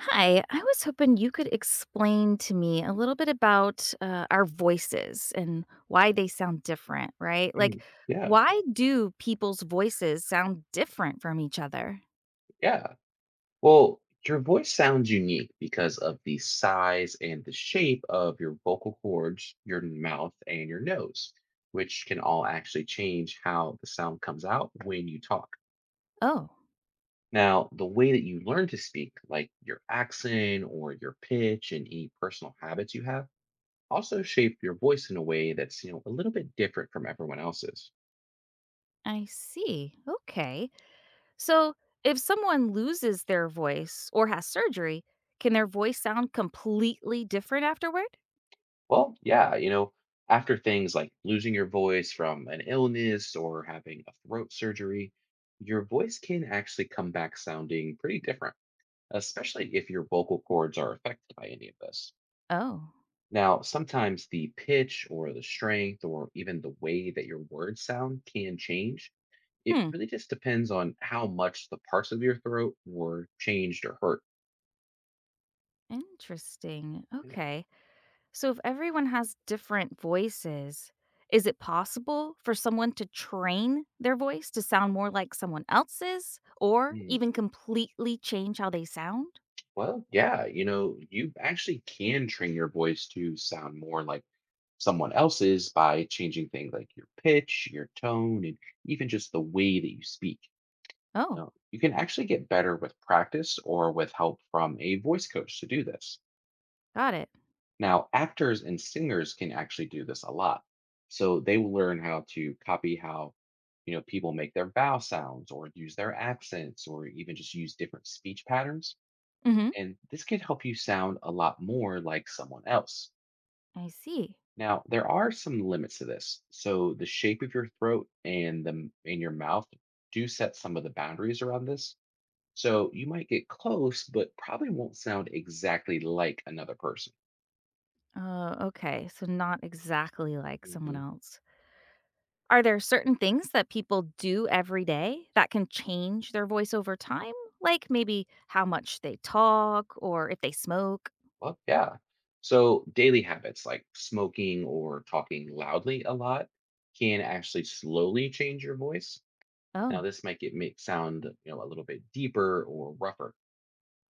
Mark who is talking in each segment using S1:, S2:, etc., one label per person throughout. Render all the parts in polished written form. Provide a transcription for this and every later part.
S1: Hi, I was hoping you could explain to me a little bit about our voices and why they sound different, right? Like,
S2: Mm, yeah,
S1: why do people's voices sound different from each other?
S2: yeah. Well, your voice sounds unique because of the size and the shape of your vocal cords, your mouth, and your nose, which can all actually change how the sound comes out when you talk.
S1: Oh,
S2: Now, the way that you learn to speak, like your accent or your pitch and any personal habits you have, also shape your voice in a way that's a little bit different from everyone else's.
S1: I see. Okay. So, if someone loses their voice or has surgery, can their voice sound completely different afterward?
S2: Well, yeah, you know, after things like losing your voice from an illness or having a throat surgery, your voice can actually come back sounding pretty different, especially if your vocal cords are affected by any of this.
S1: Oh,
S2: Now, sometimes the pitch or the strength or even the way that your words sound can change. It
S1: hmm.
S2: really just depends on how much the parts of your throat were changed or hurt.
S1: Interesting.
S2: Yeah.
S1: Okay. So, if everyone has different voices, is it possible for someone to train their voice to sound more like someone else's or
S2: Hmm.
S1: even completely change how they sound?
S2: Well, yeah, you know, you actually can train your voice to sound more like someone else's by changing things like your pitch, your tone, and even just the way that you speak. You
S1: Oh,
S2: know, you can actually get better with practice or with help from a voice coach to do this.
S1: got it.
S2: Now, actors and singers can actually do this a lot. So they will learn how to copy how, you know, people make their vowel sounds or use their accents or even just use different speech patterns,
S1: Mhm.
S2: and this can help you sound a lot more like someone else.
S1: I see.
S2: Now, there are some limits to this. So the shape of your throat and your mouth do set some of the boundaries around this. So you might get close, but probably won't sound exactly like another person.
S1: Oh, okay. So not exactly like someone
S2: Hmm.
S1: else. Are there certain things that people do every day that can change their voice over time? Like maybe how much they talk or if they smoke?
S2: Well, yeah. So daily habits like smoking or talking loudly a lot can actually slowly change your voice. Now,
S1: Oh,
S2: this might get make sound, you know, a little bit deeper or rougher.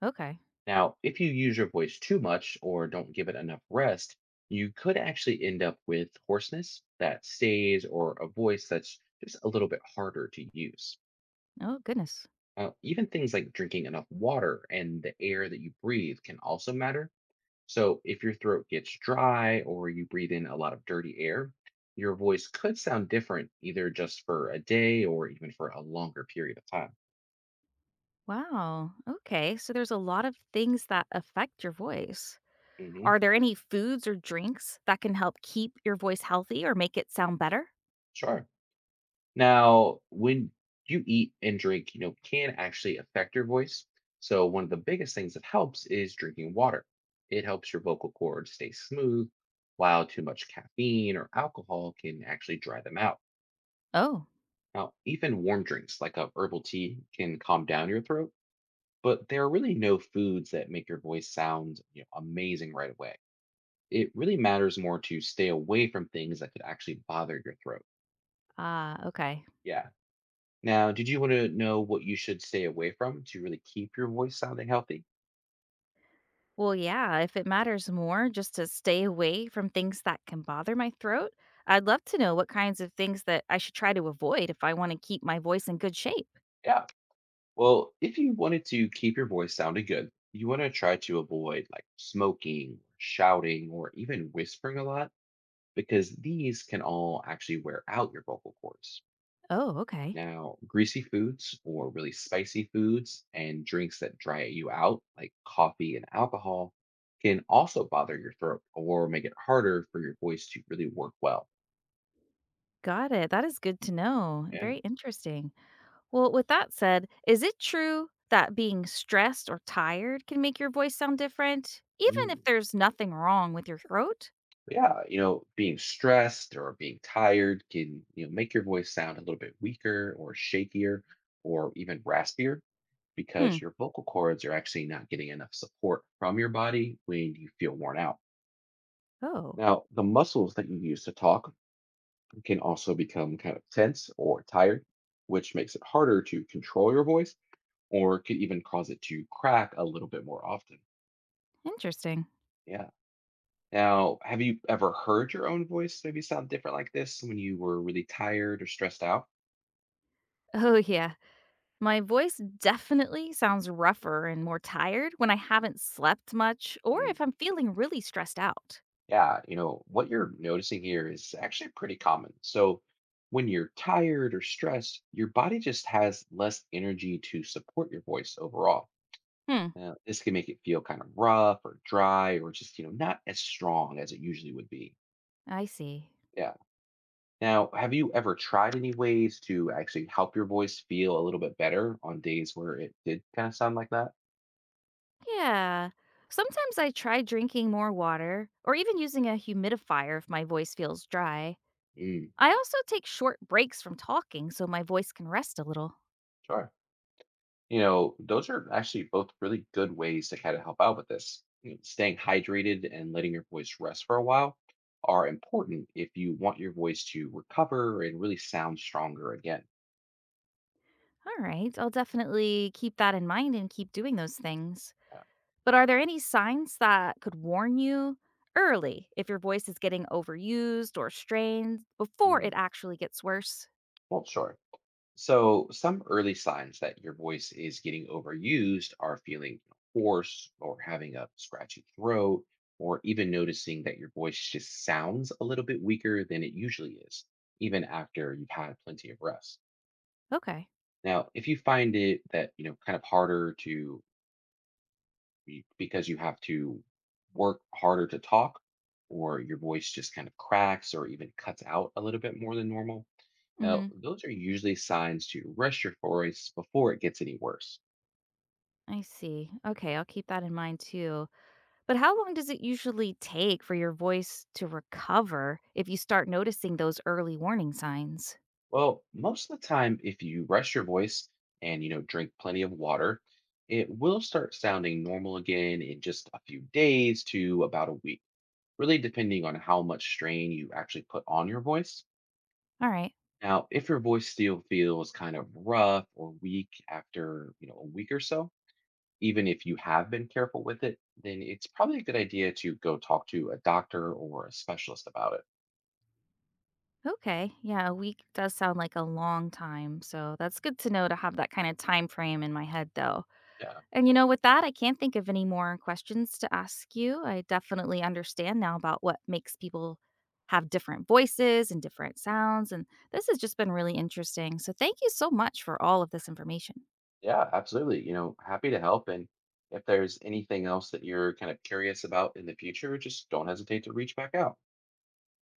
S1: okay.
S2: Now, if you use your voice too much or don't give it enough rest, you could actually end up with hoarseness that stays or a voice that's just a little bit harder to use.
S1: Oh, goodness.
S2: Even things like drinking enough water and the air that you breathe can also matter. So, if your throat gets dry or you breathe in a lot of dirty air, your voice could sound different either just for a day or even for a longer period of time.
S1: Wow. Okay. So there's a lot of things that affect your voice.
S2: Hmm.
S1: Are there any foods or drinks that can help keep your voice healthy or make it sound better?
S2: Sure. Now, when you eat and drink, you know, can actually affect your voice. So, one of the biggest things that helps is drinking water. It helps your vocal cords stay smooth, while too much caffeine or alcohol can actually dry them out.
S1: Oh,
S2: Now, even warm drinks like a herbal tea can calm down your throat, but there are really no foods that make your voice sound amazing right away. It really matters more to stay away from things that could actually bother your throat.
S1: ah, okay.
S2: Yeah. Now, did you want to know what you should stay away from to really keep your voice sounding healthy?
S1: Well, yeah, if it matters more just to stay away from things that can bother my throat, I'd love to know what kinds of things that I should try to avoid if I want to keep my voice in good shape.
S2: Yeah. Well, if you wanted to keep your voice sounding good, you want to try to avoid like smoking, shouting, or even whispering a lot because these can all actually wear out your vocal cords.
S1: Oh, okay.
S2: Now, greasy foods or really spicy foods and drinks that dry you out, like coffee and alcohol, can also bother your throat or make it harder for your voice to really work well.
S1: Got it. That is good to know.
S2: Yeah.
S1: Very interesting. Well, with that said, is it true that being stressed or tired can make your voice sound different, even if
S2: Mm.
S1: there's nothing wrong with your throat?
S2: Yeah, you know, being stressed or being tired can make your voice sound a little bit weaker or shakier or even raspier
S1: Hmm.
S2: because your vocal cords are actually not getting enough support from your body when you feel worn out.
S1: Oh,
S2: Now, the muscles that you use to talk can also become kind of tense or tired, which makes it harder to control your voice or could even cause it to crack a little bit more often.
S1: interesting.
S2: Yeah. Now, have you ever heard your own voice maybe sound different like this when you were really tired or stressed out?
S1: Oh, yeah. My voice definitely sounds rougher and more tired when I haven't slept much or if
S2: Mm,
S1: I'm feeling really stressed out.
S2: yeah, you know, what you're noticing here is actually pretty common. So, when you're tired or stressed, your body just has less energy to support your voice overall.
S1: Hmm.
S2: Now, this can make it feel kind of rough or dry or just not as strong as it usually would be.
S1: I see.
S2: Yeah. Now, have you ever tried any ways to actually help your voice feel a little bit better on days where it did kind of sound like that?
S1: Yeah. Sometimes I try drinking more water or even using a humidifier if my voice feels dry.
S2: Mm.
S1: I also take short breaks from talking so my voice can rest a little.
S2: Sure. You know, those are actually both really good ways to kind of help out with this. You know, staying hydrated and letting your voice rest for a while are important if you want your voice to recover and really sound stronger again.
S1: All right, I'll definitely keep that in mind and keep doing those things.
S2: Yeah.
S1: But are there any signs that could warn you early if your voice is getting overused or strained before
S2: Mm.
S1: it actually gets worse?
S2: Well, sure. So, some early signs that your voice is getting overused are feeling hoarse or having a scratchy throat, or even noticing that your voice just sounds a little bit weaker than it usually is, even after you've had plenty of rest.
S1: Okay.
S2: Now, if you find it that, you know, kind of harder to because you have to work harder to talk or your voice just kind of cracks or even cuts out a little bit more than normal, now
S1: Mhm.
S2: those are usually signs to rest your voice before it gets any worse.
S1: I see. Okay, I'll keep that in mind too. But how long does it usually take for your voice to recover if you start noticing those early warning signs?
S2: Well, most of the time if you rest your voice and, you know, drink plenty of water, it will start sounding normal again in just a few days to about a week, really depending on how much strain you actually put on your voice.
S1: All right.
S2: Now, if your voice still feels kind of rough or weak after, you know, a week or so, even if you have been careful with it, then it's probably a good idea to go talk to a doctor or a specialist about it.
S1: Okay. Yeah, a week does sound like a long time. So that's good to know to have that kind of time frame in my head though.
S2: Yeah.
S1: And with that, I can't think of any more questions to ask you. I definitely understand now about what makes people have different voices and different sounds, and this has just been really interesting. So thank you so much for all of this information.
S2: Yeah, absolutely. You know, happy to help. And if there's anything else that you're kind of curious about in the future, just don't hesitate to reach back out.